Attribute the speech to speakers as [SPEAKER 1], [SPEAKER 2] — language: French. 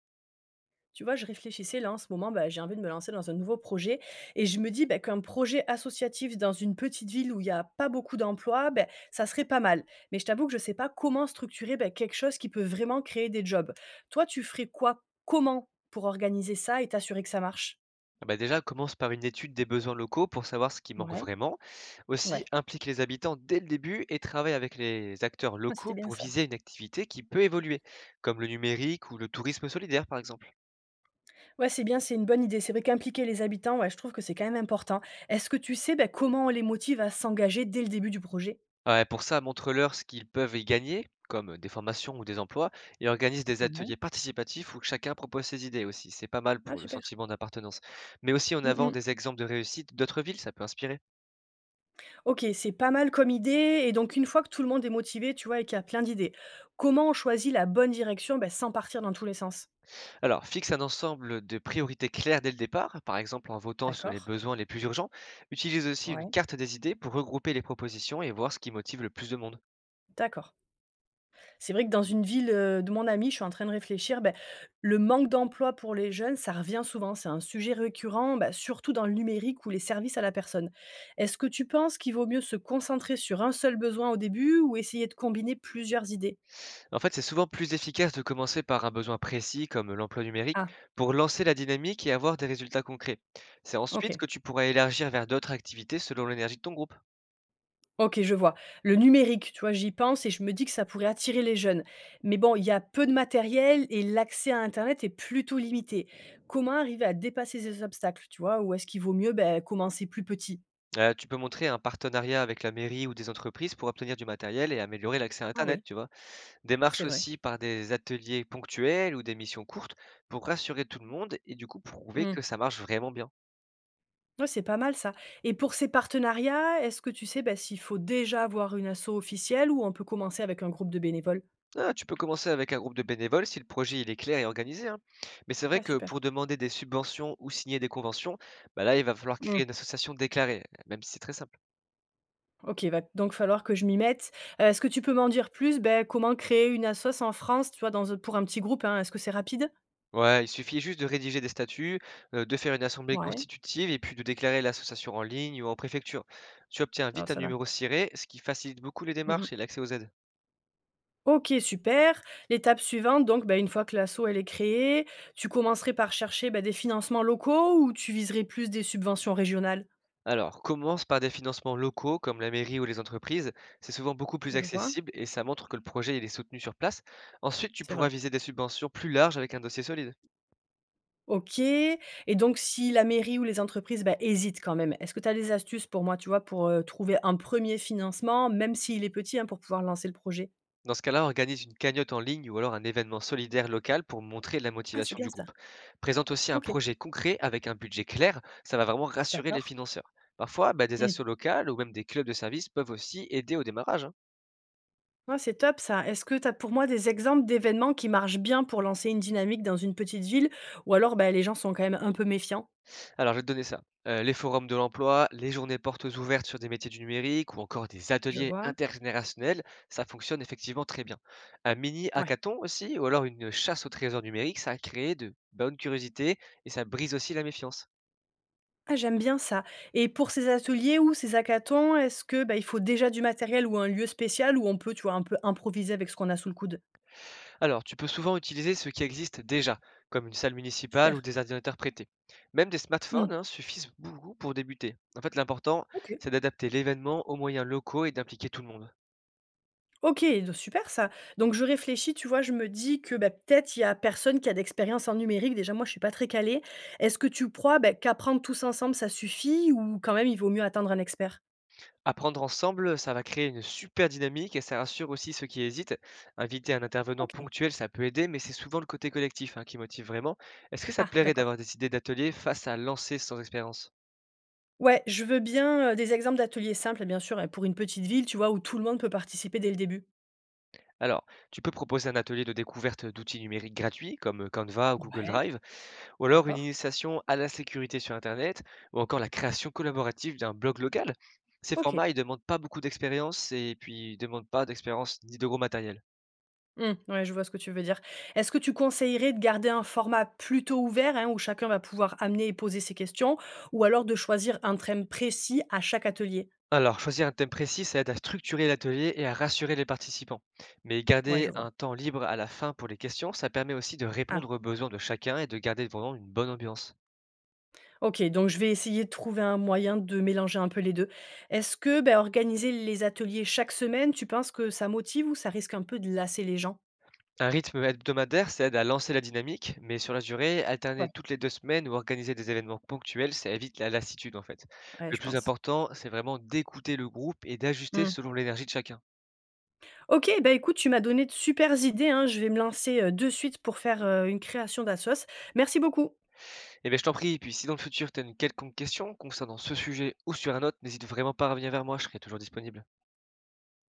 [SPEAKER 1] Tu vois, je réfléchissais là en ce moment, bah, j'ai envie de me lancer dans un nouveau projet et je me dis bah, qu'un projet associatif dans une petite ville où il n'y a pas beaucoup d'emplois, bah, ça serait pas mal. Mais je t'avoue que je ne sais pas comment structurer bah, quelque chose qui peut vraiment créer des jobs. Toi, tu ferais quoi, comment pour organiser ça et t'assurer que ça marche
[SPEAKER 2] Ah bah, déjà, commence par une étude des besoins locaux pour savoir ce qui manque
[SPEAKER 1] Ouais,
[SPEAKER 2] vraiment. Aussi,
[SPEAKER 1] ouais.
[SPEAKER 2] implique les habitants dès le début et travaille avec les acteurs
[SPEAKER 1] Ouais, c'était
[SPEAKER 2] locaux
[SPEAKER 1] bien
[SPEAKER 2] pour
[SPEAKER 1] ça.
[SPEAKER 2] viser une activité qui peut évoluer, comme le numérique ou le tourisme solidaire par exemple.
[SPEAKER 1] Ouais, c'est bien, c'est une bonne idée. C'est vrai qu'impliquer les habitants, ouais, je trouve que c'est quand même important. Est-ce que tu sais bah, comment on les motive à s'engager dès le début du projet
[SPEAKER 2] Ouais, pour ça, montre-leur ce qu'ils peuvent y gagner, comme des formations ou des emplois, et organise des
[SPEAKER 1] Ouais,
[SPEAKER 2] ateliers participatifs où chacun propose ses idées aussi. C'est pas mal
[SPEAKER 1] ah,
[SPEAKER 2] pour le
[SPEAKER 1] super.
[SPEAKER 2] sentiment d'appartenance. Mais aussi en
[SPEAKER 1] Mm,
[SPEAKER 2] avant
[SPEAKER 1] mm.
[SPEAKER 2] des exemples de réussite d'autres villes, ça peut inspirer.
[SPEAKER 1] OK, c'est pas mal comme idée et donc une fois que tout le monde est motivé, tu vois, et qu'il y a plein d'idées, comment on choisit la bonne direction? Bah, sans partir dans tous les sens.
[SPEAKER 2] Alors, fixe un ensemble de priorités claires dès le départ, par exemple en votant sur les
[SPEAKER 1] D'accord.
[SPEAKER 2] besoins les plus urgents. Utilise aussi une
[SPEAKER 1] Ouais,
[SPEAKER 2] carte des idées pour regrouper les propositions et voir ce qui motive le plus de monde.
[SPEAKER 1] d'accord. C'est vrai que dans une ville, de mon ami, je suis en train de réfléchir, beh, le manque d'emploi pour les jeunes, ça revient souvent. C'est un sujet récurrent, bah, surtout dans le numérique ou les services à la personne. Est-ce que tu penses qu'il vaut mieux se concentrer sur un seul besoin au début ou essayer de combiner plusieurs idées?
[SPEAKER 2] En fait, c'est souvent plus efficace de commencer par un besoin précis comme l'emploi numérique
[SPEAKER 1] Ah,
[SPEAKER 2] pour lancer la dynamique et avoir des résultats concrets. C'est ensuite
[SPEAKER 1] OK.
[SPEAKER 2] que tu pourras élargir vers d'autres activités selon l'énergie de ton groupe.
[SPEAKER 1] OK, je vois. Le numérique, tu vois, j'y pense et je me dis que ça pourrait attirer les jeunes. Mais bon, il y a peu de matériel et l'accès à internet est plutôt limité. Comment arriver à dépasser ces obstacles, tu vois? Ou est-ce qu'il vaut mieux, beh, commencer plus petit?
[SPEAKER 2] Tu peux montrer un partenariat avec la mairie ou des entreprises pour obtenir du matériel et améliorer l'accès à
[SPEAKER 1] Ah
[SPEAKER 2] Internet,
[SPEAKER 1] oui,
[SPEAKER 2] tu vois. Des marches
[SPEAKER 1] c'est vrai.
[SPEAKER 2] aussi par des ateliers ponctuels ou des missions courtes pour rassurer tout le monde et du coup prouver
[SPEAKER 1] Mmh.
[SPEAKER 2] que ça marche vraiment bien.
[SPEAKER 1] Ouais, c'est pas mal ça. Et pour ces partenariats, est-ce que tu sais, bah, s'il faut déjà avoir une asso officielle ou on peut commencer avec un groupe de bénévoles?
[SPEAKER 2] Ah, tu peux commencer avec un groupe de bénévoles si le projet il est clair et organisé, hein. Mais c'est vrai
[SPEAKER 1] Ah
[SPEAKER 2] que
[SPEAKER 1] super.
[SPEAKER 2] pour demander des subventions ou signer des conventions, bah là il va falloir créer une association déclarée, même si c'est très simple.
[SPEAKER 1] OK, va donc falloir que je m'y mette. Est-ce que tu peux m'en dire plus? Ben, comment créer une assoce en France, tu vois, dans un pour un petit groupe, hein? Est-ce que c'est rapide?
[SPEAKER 2] Ouais, il suffit juste de rédiger des statuts, de faire une assemblée
[SPEAKER 1] Ouais,
[SPEAKER 2] constitutive et puis de déclarer l'association en ligne ou en préfecture. Tu obtiens
[SPEAKER 1] oh,
[SPEAKER 2] vite un
[SPEAKER 1] ça va.
[SPEAKER 2] numéro ciré, ce qui facilite beaucoup les
[SPEAKER 1] Mmh
[SPEAKER 2] démarches
[SPEAKER 1] mh.
[SPEAKER 2] et l'accès aux aides.
[SPEAKER 1] OK, super. L'étape suivante donc, bah, une fois que l'asso elle est créée, tu commencerais par chercher, bah, des financements locaux ou tu viserais plus des subventions régionales?
[SPEAKER 2] Alors, commence par des financements locaux comme la mairie ou les entreprises. C'est souvent beaucoup plus
[SPEAKER 1] Je vois,
[SPEAKER 2] accessible et ça montre que le projet il est soutenu sur place. Ensuite, tu
[SPEAKER 1] c'est
[SPEAKER 2] pourras
[SPEAKER 1] vrai.
[SPEAKER 2] viser des subventions plus larges avec un dossier solide.
[SPEAKER 1] OK et donc si la mairie ou les entreprises, bah, hésitent quand même, est-ce que tu as des astuces pour moi, tu vois, pour, trouver un premier financement, même s'il est petit, hein, pour pouvoir lancer le projet?
[SPEAKER 2] Dans ce cas-là, organise une cagnotte en ligne ou alors un événement solidaire local pour montrer la
[SPEAKER 1] Ah, c'est
[SPEAKER 2] motivation
[SPEAKER 1] bien
[SPEAKER 2] du
[SPEAKER 1] ça.
[SPEAKER 2] groupe. Présente aussi un
[SPEAKER 1] OK.
[SPEAKER 2] projet concret avec un budget clair, ça va vraiment rassurer les
[SPEAKER 1] D'accord.
[SPEAKER 2] financeurs. Parfois, bah, des
[SPEAKER 1] Mmh.
[SPEAKER 2] assos locales ou même des clubs de services peuvent aussi aider au démarrage, hein.
[SPEAKER 1] Ouais, c'est top ça. Est-ce que tu as pour moi des exemples d'événements qui marchent bien pour lancer une dynamique dans une petite ville ou alors, bah, les gens sont quand même un peu méfiants?
[SPEAKER 2] Alors, je vais te donner ça. Les forums de l'emploi, les journées portes ouvertes sur des métiers du numérique ou encore des
[SPEAKER 1] Je
[SPEAKER 2] ateliers
[SPEAKER 1] vois.
[SPEAKER 2] intergénérationnels, ça fonctionne effectivement très bien. Un mini
[SPEAKER 1] Ouais.
[SPEAKER 2] hackathon aussi, ou alors une chasse au trésor numérique, ça a créé de bonnes curiosités et ça brise aussi la méfiance.
[SPEAKER 1] Ah, j'aime bien ça et pour ces ateliers ou ces hackathons, est-ce que, bah, il faut déjà du matériel ou un lieu spécial ou on peut, tu vois, un peu improviser avec ce qu'on a sous le coude?
[SPEAKER 2] Alors, tu peux souvent utiliser ce qui existe déjà, comme une salle municipale ou
[SPEAKER 1] Super.
[SPEAKER 2] des ordinateurs prêtés. Même des smartphones
[SPEAKER 1] Mmh.
[SPEAKER 2] hein, suffisent beaucoup pour débuter. En fait, l'important,
[SPEAKER 1] OK.
[SPEAKER 2] c'est d'adapter l'événement aux moyens locaux et d'impliquer tout le monde.
[SPEAKER 1] OK, de super ça. Donc je réfléchis, tu vois, je me dis que, bah, peut-être, il y a personne qui a d'expérience en numérique. Déjà, moi, je suis pas très calée. Est-ce que tu crois, bah, qu'apprendre tous ensemble, ça suffit ou quand même il vaut mieux attendre un expert?
[SPEAKER 2] Apprendre ensemble, ça va créer une super dynamique et ça rassure aussi ceux qui hésitent. Inviter un intervenant
[SPEAKER 1] OK.
[SPEAKER 2] ponctuel, ça peut aider, mais c'est souvent le côté collectif hein, qui motive vraiment. Est-ce que ça te
[SPEAKER 1] Ah,
[SPEAKER 2] plairait d'avoir
[SPEAKER 1] d'accord.
[SPEAKER 2] des idées d'ateliers face à lancer sans expérience?
[SPEAKER 1] Ouais, je veux bien, des exemples d'ateliers simples, bien sûr, hein, pour une petite ville, tu vois, où tout le monde peut participer dès le début.
[SPEAKER 2] Alors, tu peux proposer un atelier de découverte d'outils numériques gratuits comme Canva ou Google
[SPEAKER 1] Ouais,
[SPEAKER 2] Drive, ou alors une
[SPEAKER 1] d'accord.
[SPEAKER 2] initiation à la sécurité sur Internet, ou encore la création collaborative d'un blog local. Ces
[SPEAKER 1] OK.
[SPEAKER 2] formats, ils demandent pas beaucoup d'expérience et puis ils demandent pas d'expérience ni de gros matériel.
[SPEAKER 1] Mmh, ouais, je vois ce que tu veux dire. Est-ce que tu conseillerais de garder un format plutôt ouvert, hein, où chacun va pouvoir amener et poser ses questions, ou alors de choisir un thème précis à chaque atelier?
[SPEAKER 2] Alors, choisir un thème précis, ça aide à structurer l'atelier et à rassurer les participants. Mais
[SPEAKER 1] Ouais,
[SPEAKER 2] garder
[SPEAKER 1] je
[SPEAKER 2] un
[SPEAKER 1] vois.
[SPEAKER 2] temps libre à la fin pour les questions, ça permet aussi de
[SPEAKER 1] Ah,
[SPEAKER 2] répondre aux besoins de chacun et de garder vraiment une bonne ambiance.
[SPEAKER 1] OK, donc je vais essayer de trouver un moyen de mélanger un peu les 2. Est-ce que, bah, organiser les ateliers chaque semaine, tu penses que ça motive ou ça risque un peu de lasser les gens?
[SPEAKER 2] Un rythme hebdomadaire, ça aide à lancer la dynamique, mais sur la durée, alterner
[SPEAKER 1] Ouais,
[SPEAKER 2] toutes les 2 semaines ou organiser des événements ponctuels, ça évite la lassitude en fait.
[SPEAKER 1] ouais,
[SPEAKER 2] Le
[SPEAKER 1] je
[SPEAKER 2] plus
[SPEAKER 1] pense.
[SPEAKER 2] important, c'est vraiment d'écouter le groupe et d'ajuster
[SPEAKER 1] Mmh.
[SPEAKER 2] selon l'énergie de chacun.
[SPEAKER 1] OK, bah, écoute, tu m'as donné de supers idées, hein. Je vais me lancer, de suite pour faire, une création d'assos. Merci beaucoup.
[SPEAKER 2] Et bien je t'en prie, puis si dans le futur tu as une quelconque question concernant ce sujet ou sur un autre, n'hésite vraiment pas à revenir vers moi, je serai toujours disponible.